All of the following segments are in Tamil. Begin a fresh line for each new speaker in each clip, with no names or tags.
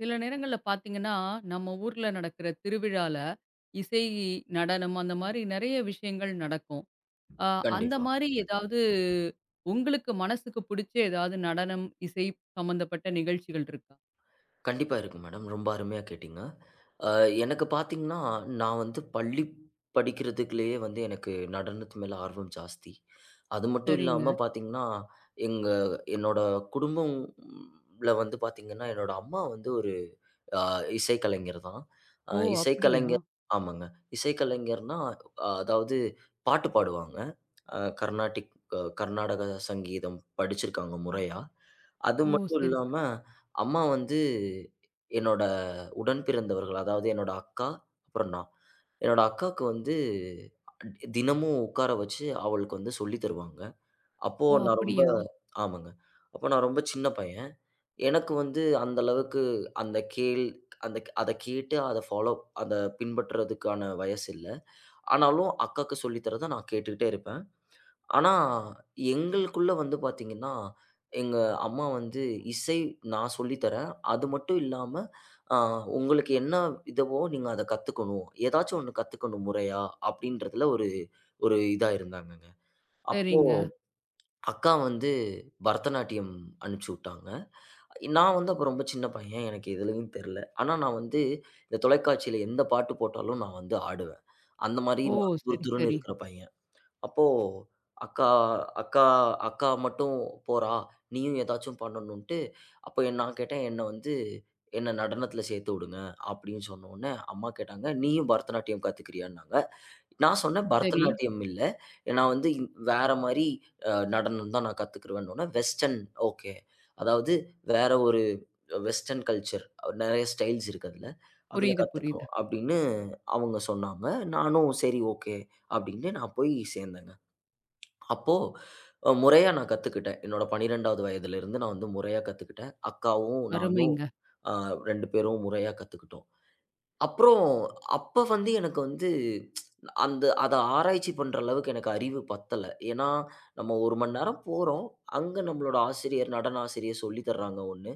சில நேரங்கள்ல பார்த்தீங்கன்னா, நம்ம ஊர்ல நடக்கிற திருவிழால இசை, நடனம் அந்த மாரி நெறைய விஷயங்கள் நடக்கும். அ அந்த
கண்டிப்பா.
மாரி ஏதாவது உங்களுக்கு மனசுக்கு பிடிச்ச ஏதாவது நடனம், இசை சம்மந்தப்பட்ட நிகழ்ச்சிகள் இருக்கா?
கண்டிப்பா இருக்கு மேடம். ரொம்ப அருமையா கேட்டீங்க. அ எனக்கு பார்த்தீங்கன்னா, நான் வந்து பள்ளி படிக்கிறதுக்குள்ளேயே வந்து எனக்கு நடனத்து மேல ஆர்வம் ஜாஸ்தி. அது மட்டும்
சரிங்க.
இல்லாம பார்த்தீங்கன்னா, எங்க என்னோட குடும்பம்ல வந்து பார்த்தீங்கன்னா, என்னோட அம்மா வந்து ஒரு அ இசைக்கலைஞர் தான். அ
ஓ! அப்படியா?
இசைக்கலைஞர் ஆமாங்க. இசைக்கலைஞர்னா, அதாவது பாட்டு பாடுவாங்க. அ கர்நாடிக் அ கர்நாடக சங்கீதம் படிச்சிருக்காங்க முறையா. அது
ஓ!
மட்டும்
சரி,
இல்லாம,
சரி.
அம்மா வந்து என்னோட உடன் பிறந்தவர்கள். அதாவது என்னோட அக்கா, அப்புறம் நான். என்னோட அக்காக்கு வந்து தினமும் உட்கார வச்சு அவளுக்கு வந்து சொல்லி தருவாங்க. அப்போ
ஓ!
நான் ரொம்ப
அப்படியா?
ஆமாங்க. அப்போ நான் ரொம்ப சின்ன பையன். எனக்கு வந்து அந்த அளவுக்கு அந்த கேள் அந்த அத கேட்டு அத ஃபாலோ அத பின்பற்றதுக்கான வயசு இல்ல. ஆனாலும் அக்காக்கு சொல்லி தரத நான் கேட்டுக்கிட்டே இருப்பேன். ஆனா, எங்களுக்குள்ள வந்து பார்த்தீங்கன்னா, எங்க அம்மா வந்து இசை நான் சொல்லி தரேன். அது மட்டும் இல்லாம, அ உங்களுக்கு என்ன இதுவோ நீங்க அத கத்துக்கணும். ஏதாச்சும் ஒண்ணு கத்துக்கணும் முறையா அப்படின்றதுல ஒரு ஒரு இதா இருந்தாங்கங்க. அப்போ
சரிங்க.
அக்கா வந்து பரதநாட்டியம் அனுப்பிச்சு விட்டாங்க. நான் வந்து அப்ப ரொம்ப சின்ன பையன். எனக்கு எதுலயும் தெரியல. ஆனா நான் வந்து இந்த தொலைக்காட்சியில எந்த பாட்டு போட்டாலும் நான் வந்து ஆடுவேன். அந்த மாரி
ஓ!
நான் துரு
சரி,
துருன்னு
சரி,
இருக்கிற பையன். அப்போ அக்கா அக்கா அக்கா மட்டும் போறா! நீயும் ஏதாச்சும் பண்ணணுன்ட்டு, அப்போ நான் கேட்டேன், "என்ன வந்து என்ன நடனத்தில சேர்த்து விடுங்க." அப்படின்னு சொன்னவுடனே, அம்மா கேட்டாங்க, "நீயும் பரதநாட்டியம் கத்துக்கிறியான்னாங்க." நான் சொன்னேன்,
சரி.
"பரதநாட்டியம் இல்ல. நான் வந்து வேற மாரி நடனம் தான் நான் கத்துக்குருவேன்னவுடனே, வெஸ்டர்ன் ஓகே. அதாவது வேற ஒரு வெஸ்டர்ன் கல்ச்சர் நெறைய ஸ்டைல்ஸ் இருக்கு அதுல. அதுல
புரியுது,
கத்துக்கோ."
புரியுது.
அப்படின்னு அவங்க சொன்னாங்க. நானும் சரி ஓகே அப்படின்னு நான் போய் சேர்ந்தேங்க. அப்போ முறையா நான் கத்துக்கிட்டேன். என்னோட 12வது வயதிலிருந்து நான் வந்து முறையா கத்துக்கிட்டேன். அக்காவும், நானும்
அருமைங்க.
அ 2 பேரும் முறையா கத்துக்கிட்டோம். அப்புறம் அப்ப வந்து எனக்கு வந்து அந்த அத ஆராய்ச்சி பண்ற அளவுக்கு எனக்கு அறிவு பத்தல. ஏன்னா, நம்ம 1 மணி நேரம் போறோம். அங்க நம்மளோட ஆசிரியர், நடன ஆசிரியர் சொல்லி தர்றாங்க ஒண்ணு.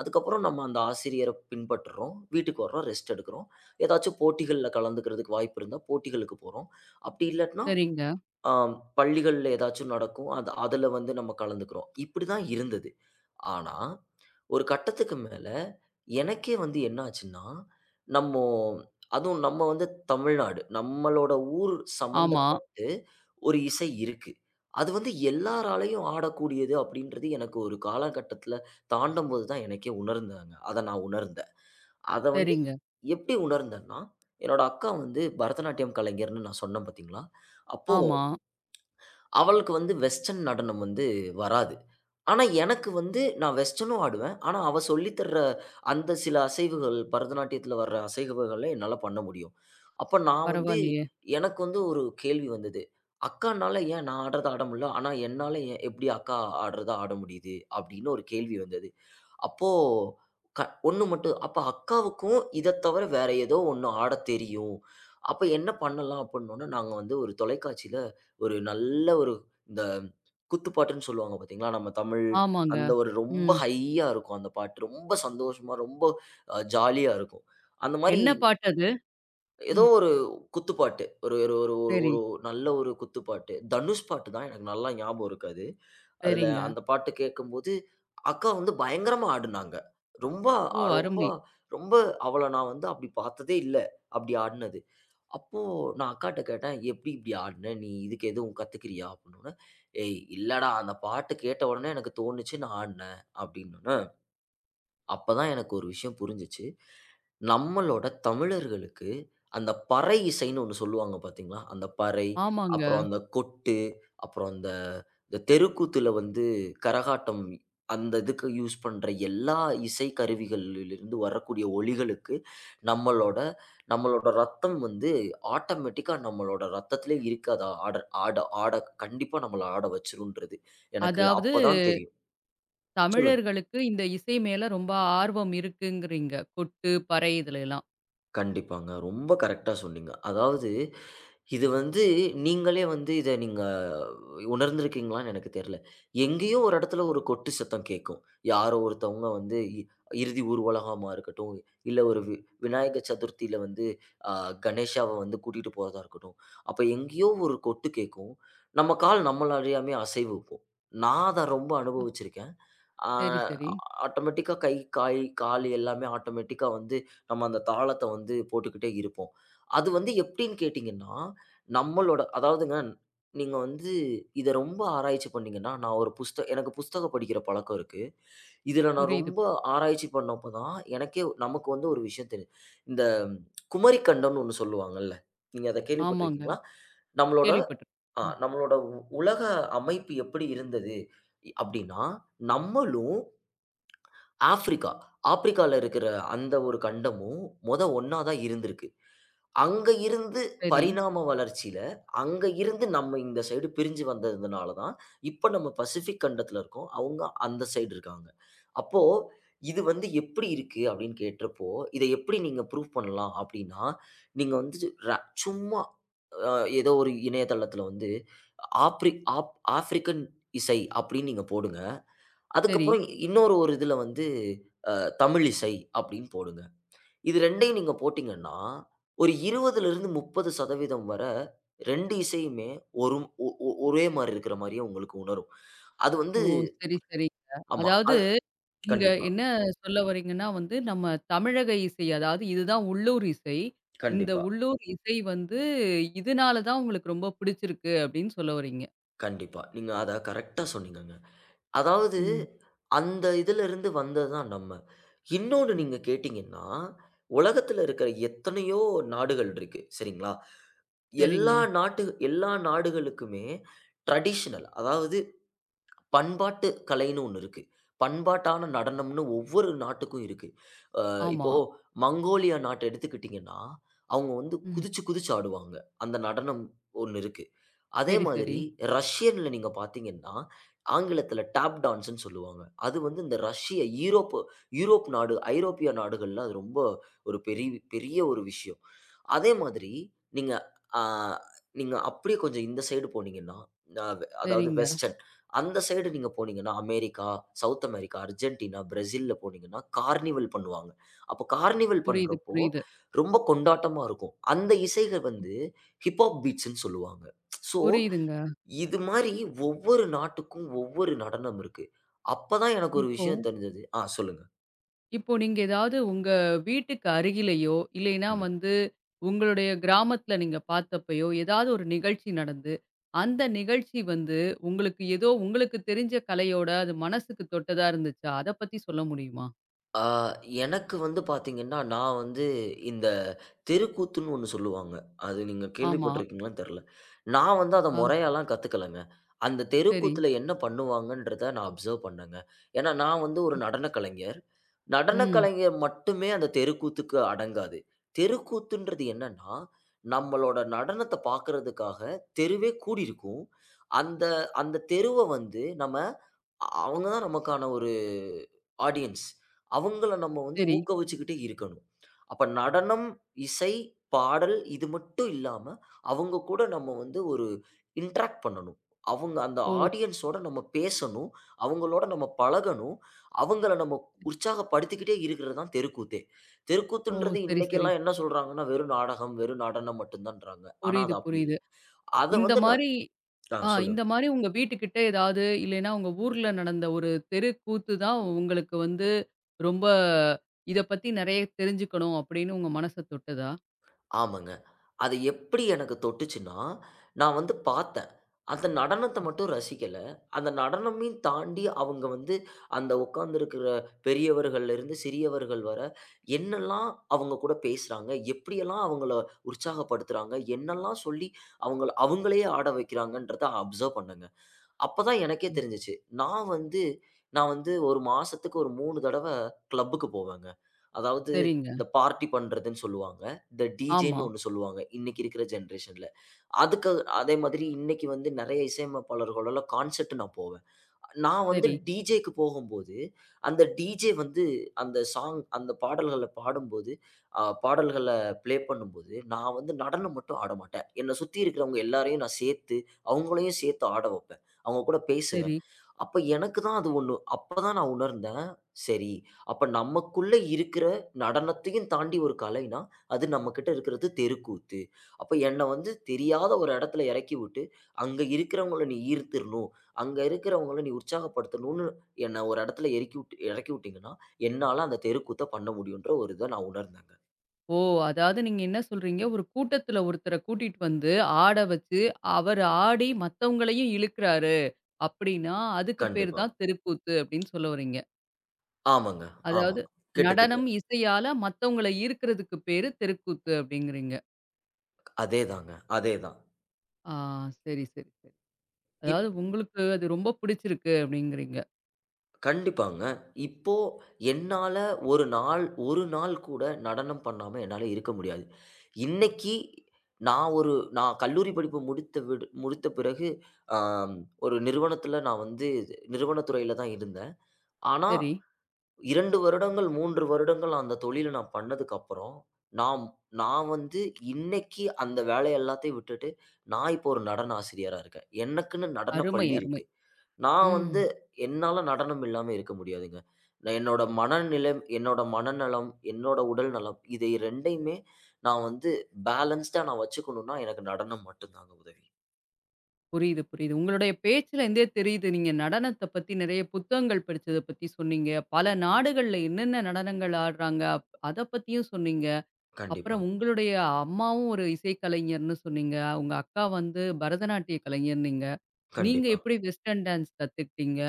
அதுக்கப்புறம் நம்ம அந்த ஆசிரியர பின்பற்றுறோம். வீட்டுக்கு வர்றோம், ரெஸ்ட் எடுக்கிறோம். ஏதாச்சும் போட்டிகள்ல கலந்துக்கிறதுக்கு வாய்ப்பு இருந்தா போட்டிகளுக்கு போறோம். அப்படி இல்லாட்டினா
சரிங்க.
ஆம். பள்ளிகள்ல ஏதாச்சும் நடக்கும். அது அதுல வந்து நம்ம கலந்துக்கிறோம். இப்படிதான் இருந்தது. ஆனா, ஒரு கட்டத்துக்கு மேல எனக்கே வந்து என்ன ஆச்சுன்னா, நம்மோ அதுவும் நம்ம வந்து தமிழ்நாடு. நம்மளோட ஊர்
ஆமா.
சம்மந்தப்பட்டு ஒரு இசை இருக்கு. அது வந்து எல்லாராலயும் ஆடக்கூடியது அப்படின்றது எனக்கு ஒரு காலகட்டத்தில தாண்டும்போது தான் எனக்கே உணர்ந்தாங்க. அத நான் உணர்ந்தேன். அத வந்து
சரிங்க.
எப்படி உணர்ந்தேன்னா, என்னோட அக்கா வந்து பரதநாட்டியம் கலைஞர்ன்னு நான் சொன்னேன் பார்த்தீங்களா? அப்போ
ஆமா.
அவளுக்கு வந்து வெஸ்டர்ன் நடனம் வந்து வராது. ஆனா, எனக்கு வந்து நான் வெஸ்டர்னும் ஆடுவேன். ஆனா, அவ சொல்லி தர்ற அந்த சில அசைவுகள் பரதநாட்டியத்தில வர்ற அசைவுகள என்னால பண்ண முடியும். அப்ப நான் வந்து
பரவாயில்லையே!
எனக்கு வந்து ஒரு கேள்வி வந்தது. அக்கானால ஏன் நான் ஆடுறத ஆட முடியல? ஆனா, என்னால எப்படி அக்கா ஆடுறத ஆட முடியுது? அப்படின்னு ஒரு கேள்வி வந்தது. அப்போ க ஒண்ணு மட்டும் அப்ப அக்காவுக்கும் இத தவிர வேற ஏதோ ஒண்ணு ஆடத் தெரியும். அப்ப என்ன பண்ணலாம் அப்புட்னோன, நாங்க வந்து ஒரு தொலைக்காட்சியில ஒரு நல்ல ஒரு இந்த குத்துப்பாட்டுன்னு சொல்லுவாங்க பார்த்தீங்களா, நம்ம தமிழ்
ஆமாங்க.
அந்த ஒரு ரொம்ப
ம்.
ஹையா இருக்கும் அந்த பாட்டு. ரொம்ப சந்தோஷமா, ரொம்ப ஜாலியா இருக்கும். அந்த மாரி
என்ன பாட்டு அது?
ஏதோ
ம்.
ஒரு குத்துப்பாட்டு. ஒரு ஒரு ஒரு ஒரு
சரி,
ஒரு நல்ல ஒரு குத்துப்பாட்டு. தனுஷ் பாட்டு தான் எனக்கு நல்லா ஞாபகம் இருக்கு அது. அதுல
சரிங்க.
அந்த பாட்டு கேட்கும்போது, அக்கா வந்து பயங்கரமா ஆடுனாங்க. ரொம்ப
ஓ!
அ- ரொம்ப
அருமை.
ரொம்ப அவள நான் வந்து அப்படி பார்த்ததே இல்ல. அப்படி ஆடுனது. அப்போ நான் அக்காட்ட கேட்டேன், "எப்படி இப்படி ஆடுன? நீ இதுக்கு எதுவும் கத்துக்கிறியா?" அப்படின்னோன, "ஏய் இல்லடா அந்த பாட்டு கேட்ட உடனே எனக்கு தோணுச்சு நான் ஆடுனேன்" அப்படின்னோன, அப்பதான் எனக்கு ஒரு விஷயம் புரிஞ்சுச்சு. நம்மளோட தமிழர்களுக்கு அந்த பறை இசைன்னு ஒண்ணு சொல்லுவாங்க பார்த்தீங்களா? அந்த பறை,
ஆமாங்க.
அப்புறம் அந்த கொட்டு, அப்புறம் அந்த இந்த தெருக்கூத்துல வந்து கரகாட்டம் அந்த இதுக்கு யூஸ் பண்ற எல்லா இசை கருவிகளிலிருந்து வரக்கூடிய ஒலிகளுக்கு நம்மளோட நம்மளோட ரத்தம் வந்து ஆட்டோமேட்டிக்கா நம்மளோட ரத்தத்திலே இருக்கு. அத ஆட ஆட ஆட கண்டிப்பா நம்மள ஆட வச்சுரும்ன்றது எனக்கு
அதாவது
அப்பதான் தெரியும். சொல்லுங்க.
தமிழர்களுக்கு இந்த இசை மேல ரொம்ப ஆர்வம் இருக்குங்கிறீங்க. கொட்டு, பறை இதுலலாம்.
கண்டிப்பாங்க. ரொம்ப கரெக்ட்டா சொன்னீங்க. அதாவது இது வந்து நீங்களே வந்து இத நீங்க உணர்ந்திருக்கீங்களான்னு எனக்கு தெரியல. எங்கேயோ ஒரு இடத்துல ஒரு கொட்டு சத்தம் கேட்கும். யாரோ ஒருத்தவங்க வந்து இறுதி ஊர்வலகமா இருக்கட்டும், இல்ல ஒரு விநாயக சதுர்த்தியில வந்து அ கணேஷாவ வந்து கூட்டிட்டு போறதா இருக்கட்டும். அப்ப எங்கேயோ ஒரு கொட்டு கேட்கும். நம்ம கால் நம்மள அறியாமயே அசைவு வைப்போம். நான் அத ரொம்ப அனுபவிச்சிருக்கேன். ஆ
சரி, சரி.
ஆட்டோமேட்டிக்கா கை, காய், கால் எல்லாமே ஆட்டோமேட்டிக்கா வந்து நம்ம அந்த தாளத்த வந்து போட்டுக்கிட்டே இருப்போம். அது வந்து எப்டின்னு கேட்டீங்கன்னா, நம்மளோட அதாவதுங்க நீங்க வந்து இத ரொம்ப ஆராய்ச்சி பண்ணீங்கன்னா, நான் ஒரு எனக்கு புஸ்தகம் படிக்கிற பழக்கம் இருக்கு. இதுல நான்
புரியுது.
ரொம்ப ஆராய்ச்சி பண்ணப்ப தான் எனக்கே நமக்கு வந்து ஒரு விஷயம் தெரியும். இந்த குமரி கண்டம்னு ஒண்ணு சொல்லுவாங்கல்ல. நீங்க அத
ஆமாங்க.
கேள்விப்பட்டுருக்கீங்களா? நம்மளோட ஆ
கேள்விப்பட்டிருக்கேன். ம்.
நம்மளோட உ உலக அமைப்பு எப்படி இருந்தது? அப்டின்னா, நம்மளும் ஆஃப்ரிக்கா. ஆப்பிரிக்கால இருக்கிற அந்த ஒரு கண்டமும் மொத ஒண்ணா தான் இருந்திருக்கு. அங்க இருந்து
சரி,
பரிணாம வளர்ச்சியில, அங்க இருந்து நம்ம இந்த சைடு பிரிஞ்சு வந்ததுனால தான், இப்ப நம்ம பசிபிக் கண்டத்துல இருக்கோம். அவங்க அந்த சைடு இருக்காங்க. அப்போ இது வந்து எப்படி இருக்கு அப்படின்னு கேட்டறப்போ, இத எப்படி நீங்க ப்ரூவ் பண்ணலாம் அப்படின்னா, நீங்க வந்து சும்மா அ ஏதோ ஒரு இணையதளத்துல வந்து ஆப்ரி ஆப் ஆஃப்ரிக்கன் இசை அப்படின்னு நீங்க போடுங்க.
சரி.
அதுக்கப்புறம் இன்னொரு இதுல வந்து தமிழிசை அப்படின்னு போடுங்க. இது 2யும் நீங்க போட்டீங்கன்னா, ஒரு 20லிருந்து 30% வர 2 இசையுமே ஒரு ஒ ஒ ஒரே மாரி இருக்கிற மாரியே உங்களுக்கு உணரும். அது வந்து
ஓ! சரி, சரிங்க.
ஆமா.
அதாவது
அது
நீங்க
கண்டிப்பா,
என்ன சொல்ல வரீங்கன்னா வந்து, நம்ம தமிழக இசை, அதாவது இதுதான் உள்ளூர் இசை. இந்த
கண்டிப்பா,
உள்ளூர் இசை வந்து இதனால தான் உங்களுக்கு ரொம்ப பிடிச்சிருக்கு அப்படின்னு சொல்ல வரீங்க.
கண்டிப்பா. நீங்க அத கரெக்ட்டா சொன்னீங்கங்க. அதாவது
ம்,
அந்த இதிலிருந்து வந்தது தான் நம்ம. இன்னொன்னு
ம்.
நீங்க கேட்டீங்கன்னா, உலகத்துல இருக்கிற எத்தனையோ நாடுகள் இருக்கு. சரிங்களா?
சரிங்க.
எல்லா நாடுகளுக்குமே ட்ரெடிஷனல் அதாவது பண்பாட்டு கலைன்னு ஒண்ணு இருக்கு. பண்பாட்டான நடனம்னு ஒவ்வொரு நாட்டுக்கும் இருக்கு.
ஆமா.
இப்போ மங்கோலியா நாட்ட எடுத்துக்கிட்டீங்கன்னா, அவங்க வந்து
ம்.
குதிச்சு குதிச்சு ஆடுவாங்க. அந்த நடனம் ஒண்ணு இருக்கு. அதே
சரி, சரி.
மாதிரி ரஷ்யன்ல நீங்க பார்த்தீங்கன்னா, ஆங்கிலத்தில டாப் டான்ஸ்ன்னு சொல்லுவாங்க. அது வந்து இந்த ரஷ்ய ஈரோப்பு யூரோப் நாடு, ஐரோப்பிய நாடுகள்ல அது ரொம்ப ஒரு பெரிய ஒரு விஷயம். அதே மாதிரி நீங்க அ நீங்க அப்படியே கொஞ்சம் இந்த சைடு போனீங்கன்னா, அ அதாவது
சரிங்க.
வெஸ்டர்ன் அந்த சைடு நீங்க போனீங்கன்னா, அமெரிக்கா, சவுத் அமெரிக்கா, அர்ஜென்டினா, பிரேசில்ல போனீங்கன்னா, கார்னிவல் பண்ணுவாங்க. அப்போ கார்னிவல்
புரியுது,
பண்றப்போ
புரியுது.
ரொம்ப கொண்டாட்டமா இருக்கும். அந்த இசைகள் வந்து ஹிப் ஹாப் பீட்ஸ்ன்னு சொல்லுவாங்க. ஸோ,
புரியுதுங்க.
இது மாரி ஒவ்வொரு நாட்டுக்கும் ஒவ்வொரு நடனம் இருக்கு. அப்பதான் எனக்கு ஒரு
இப்போ
விஷயம் தெரிஞ்சது. ஆ சொல்லுங்க.
இப்போ நீங்க ஏதாவது உங்க வீட்டுக்கு அருகிலேயோ, இல்லைன்னா
கண்டிப்பா.
வந்து உங்களுடைய கிராமத்தில நீங்க பார்த்தப்பயோ, ஏதாவது ஒரு நிகழ்ச்சி நடந்து, அந்த நிகழ்ச்சி வந்து உங்களுக்கு ஏதோ உங்களுக்கு தெரிஞ்ச கலையோட அது மனசுக்கு தொட்டதா இருந்துச்சா? அத பத்தி சொல்ல முடியுமா?
ஆ, எனக்கு வந்து பார்த்தீங்கன்னா, நான் வந்து இந்த தெருக்கூத்துன்னு ஒண்ணு சொல்லுவாங்க. அது நீங்க
ஆமா.
கேள்விப்பட்டிருக்கீங்களான்னு தெர்ல. நான் வந்து அத
ஆ
மொறையாலாம் கத்துக்கலங்க. அந்த
சரி.
தெருக்கூத்துல என்ன பண்ணுவாங்கன்றத நான் அப்சர்வ் பண்ணேங்க. ஏன்னா, நான் வந்து ஒரு நடனக் கலைஞர். நடனக்
ம்.
கலைஞர் மட்டுமே அந்த தெருக்கூத்துக்கு அடங்காது. தெருக்கூத்துன்றது என்னன்னா, நம்மளோட நடனத்த பார்க்கறதுக்காக தெருவே கூடியிருக்கும். அந்த அந்த தெருவ வந்து நம்ம அவங்க தான் நமக்கான ஒரு ஆடியன்ஸ். அவங்கள நம்ம வந்து
சரி.
ஊக்குவிச்சுக்கிட்டே இருக்கணும். அப்ப நடனம், இசை, பாடல் இது மட்டும் இல்லாம, அவங்க கூட நம்ம வந்து ஒரு இன்டராக்ட் பண்ணணும். அவங்க அந்த
ஓ!
ஆடியன்ஸோட நம்ம பேசணும். அவங்களோட நம்ம பழகணும். அவங்கள நம்ம உற்சாகப்படுத்திக்கிட்டே இருக்கிறது தான் தெருக்கூத்தே.
ஓ!
தெருக்கூத்துன்றது
சரி, சரி.
இன்னைக்கெல்லாம் என்ன சொல்றாங்கன்னா, வெறும் நாடகம், வெறும் நடனம் மட்டும் தான்றாங்க. ஆனா
புரியுது,
அது அப்படி இல்ல.
புரியுது.
அத
இந்த
வந்து நான்
மாரி
ஆ சொல்லுங்க.
இந்த மாரி உங்க வீட்டுக்கிட்ட ஏதாவது, இல்லைன்னா உங்க ஊர்ல நடந்த ஒரு தெரு கூத்து தான் உங்களுக்கு வந்து ரொம்ப இத பத்தி நெறைய தெரிஞ்சுக்கணும் அப்படின்னு உங்க மனச தொட்டதா?
ஆமாங்க. அது எப்படி எனக்கு தொட்டுச்சுன்னா, நான் வந்து பார்த்தேன். அந்த நடனத்த மட்டும் ரசிக்கல. அந்த நடனமையும் தாண்டி அவங்க வந்து அந்த உட்கார்ந்திருக்கிற பெரியவர்கள்லேருந்து சிறியவர்கள் வர, என்னெல்லாம் அவங்க கூட பேசுறாங்க, எப்படியெல்லாம் அவங்கள உற்சாகப்படுத்துறாங்க, என்னெல்லாம் சொல்லி அவங்கள அவங்களையே ஆட வைக்கிறாங்கன்றத அப்சர்வ் பண்ணேங்க. அப்பதான் எனக்கே
ம்.
தெரிஞ்சுச்சு. நான் வந்து நான் வந்து 1 மாசத்துக்கு ஒரு 3 தடவ கிளப்புக்கு போவேங்க. அதாவது
சரிங்க.
இந்த பார்ட்டி பண்றதுன்னு சொல்லுவாங்க. இந்த
ஆமா.
டிஜேன்னு ஒண்ணு சொல்லுவாங்க. இன்னைக்கு இருக்கிற ஜெனரேஷன்ல. அதுக்கு அதே மாதிரி இன்னைக்கு வந்து நெறைய இசையமைப்பாளர்களோட கான்சர்ட் நான் போவேன். நான் வந்து
சரி,
டிஜேக்கு போகும்போது, அந்த டிஜே வந்து அந்த பாடல்கள பாடும்போது, பாடல்கள ப்ளே பண்ணும்போது, நான் வந்து நடனம் மட்டும் ஆட மாட்டேன். என்ன சுத்தி இருக்கிறவங்க எல்லாரையும் நான் சேர்த்து, அவங்களையும் சேர்த்து ஆட வைப்பேன். அவங்க கூட பேசுவேன்.
சரி.
அப்ப எனக்கு தான் அது ஒண்ணு. அப்பதான் நான் உணர்ந்தேன். சரி, அப்ப நமக்குள்ள இருக்கிற நடனத்தையும் தாண்டி ஒரு கலைனா, அது நம்மகிட்ட இருக்கிறது தெருக்கூத்து. அப்ப என்ன வந்து தெரியாத ஒரு இடத்துல இறக்கி விட்டு, அங்க இருக்கிறவங்கள நீ ஈர்த்திறணும். அங்க இருக்கிறவங்கள நீ உற்சாகப்படுத்தணும்னு என்ன ஒரு இடத்துல எறக்கி விட்டு இறக்கி விட்டீங்கன்னா, என்னால அந்த தெருக்கூத்த பண்ண முடியுன்ற ஒரு இத நான் உணர்ந்தேங்க.
ஓ! அதாவது நீங்க என்ன சொல்றீங்க, ஒரு கூட்டத்துல ஒருத்தர கூட்டிட்டு வந்து ஆட வச்சு, அவர் ஆடி மத்தவங்களையும் இழுக்குறாரு அப்படின்னா, அதுக்கு பேரு
கண்டிப்பா.
தான் தெருக்கூத்து அப்படின்னு சொல்ல வர்றீங்க.
ஆமாங்க. ஆமா.
அதாவது
கிட்டத்தட்ட.
நடனம், இசையால மத்தவங்கள ஈர்க்கிறதுக்கு பேரு தெருக்கூத்து அப்படிங்கிறீங்க.
அதேதாங்க. அதேதான்.
ஆ சரி, சரி, சரி.
இப்
அதாவது உங்களுக்கு அது ரொம்ப பிடிச்சிருக்கு அப்படிங்கிறீங்க.
கண்டிப்பாங்க. இப்போ என்னால ஒரு நாள் கூட நடனம் பண்ணாம என்னால இருக்க முடியாது. இன்னைக்கு நான் ஒரு நான் கல்லூரி படிப்பு முடித்த பிறகு, ஆம், ஒரு நிறுவனத்தில நான் வந்து நிறுவனத் துறையில தான் இருந்தேன். ஆனா
சரி.
2 வருடங்கள், 3 வருடங்கள் அந்த தொழில நான் பண்ணதுக்கப்புறம், நாம் நான் நான் வந்து இன்னைக்கு அந்த வேலை எல்லாத்தையும் விட்டுட்டு, நான் இப்போ ஒரு நடன ஆசிரியரா இருக்கேன். எனக்குன்னு நடனப்
அருமை,
பள்ளி
அருமை.
இருக்கு. நான்
ம்.
வந்து என்னால நடனம் இல்லாம இருக்க முடியாதுங்க. நான் என்னோட மனநலம், என்னோட உடல் நலம் இதை 2யுமே நான் வந்து பேலன்ஸ்டா நான் வச்சுக்கணும்னா, எனக்கு நடனம் மட்டும் தாங்க உதவி.
புரியுது, புரியுது. உங்களுடைய பேச்சிலருந்தே தெரியுது. நீங்க நடனத்த பத்தி நெறைய புத்தகங்கள் படிச்சத பத்தி சொன்னீங்க. பல நாடுகள்ல என்னென்ன நடனங்கள் ஆடுறாங்க, அத பத்தியும் சொன்னீங்க. அப்புறம்
கண்டிப்பாங்க,
உங்களுடைய அம்மாவும் ஒரு இசைக்கலைஞர்ன்னு சொன்னீங்க. உங்க அக்கா வந்து பரதநாட்டிய கலைஞர்ன்னீங்க. நீங்க
கண்டிப்பாங்க,
எப்படி வெஸ்டர்ன் டான்ஸ் கத்துக்கிட்டீங்க?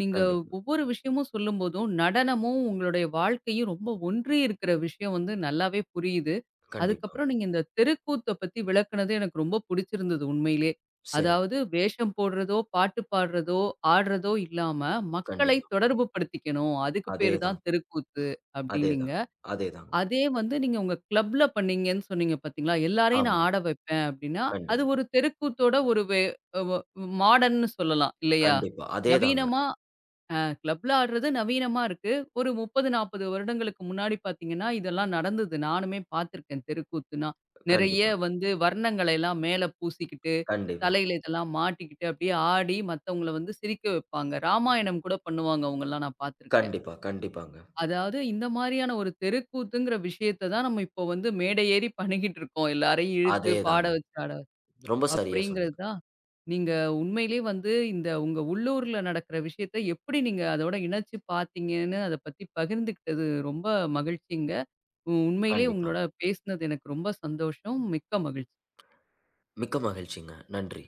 நீங்க
கண்டிப்பா,
ஒவ்வொரு விஷயமும் சொல்லும்போதும், நடனமும் உங்களுடைய வாழ்க்கையும் ரொம்ப ஒன்றி இருக்கிற விஷயம் வந்து நல்லாவே புரியுது.
கண்டிப்பாங்க.
அதுக்கப்புறம் நீங்க இந்த தெருக்கூத்த பத்தி விளக்குனது எனக்கு ரொம்ப புடிச்சிருந்தது உண்மையிலே.
சரி,
அதாவது வேஷம் போடுறதோ, பாட்டு பாடுறதோ, ஆடுறதோ இல்லாம, மக்களை
கண்டிப்பா.
தொடர்பு படுத்திக்கணும். அதுக்கு பேரு
அதேதான்,
தான் தெருக்கூத்து அப்டின்னீங்க.
அதேதான், அதேதாங்க.
அதே வந்து நீங்க உங்க கிளப்ல பண்ணீங்கன்னு சொன்னீங்க பார்த்தீங்களா, எல்லாரையும் நான்
ஆமாங்க.
ஆட வைப்பேன் அப்டின்னா, அது
கண்டிப்பா,
ஒரு தெருக்கூத்தோட ஒரு வே வ மாடர்ன்னு சொல்லலாம் இல்லையா?
கண்டிப்பா. அதேதாங்க.
நவீனமா கிளப்ல ஆடுறது நவீனமா இருக்கு. ஒரு 30, 40 வருடங்களுக்கு முன்னாடி பார்த்தீங்கன்னா, இதெல்லாம் நடந்தது. நானுமே பார்த்துருக்கேன் தெருக்கூத்துனா. நெறைய
கண்டிப்பா,
வந்து வர்ணங்களை எல்லாம் மேல பூசிக்கிட்டு,
கண்டிப்பா,
தலையில இதெல்லாம் மாட்டிக்கிட்டு, அப்டியே ஆடி மத்தவங்கள வந்து சிரிக்க வைப்பாங்க. ராமாயணம் கூட பண்ணுவாங்க அவங்கலாம் நான் பார்த்துருக்கேன்.
கண்டிப்பா, கண்டிப்பாங்க.
அதாவது இந்த மாரியான ஒரு தெருக்கூத்துங்கிற விஷயத்த தான் நம்ம இப்போ வந்து மேடை ஏறி பண்ணிக்கிட்டு இருக்கோம். எல்லாரையும் இழுத்து பாட
அதேதாங்க.
வச்சு, ஆட வச்சு.
ரொம்ப சரியா சொன்னீங்க.
அப்படிங்கிறது தான் நீங்க உண்மையிலே வந்து இந்த உங்க உள்ளூர்ல நடக்கிற விஷயத்த எப்படி நீங்க அதோட இணைச்சு பார்த்தீங்கன்னு அத பத்தி பகிர்ந்துக்கிட்டது ரொம்ப மகிழ்ச்சிங்க. உண்மையிலே
கண்டிப்பா.
உங்களோட பேசினது எனக்கு ரொம்ப சந்தோஷம். மிக்க மகிழ்ச்சி.
மிக்க மகிழ்ச்சிங்க. நன்றி.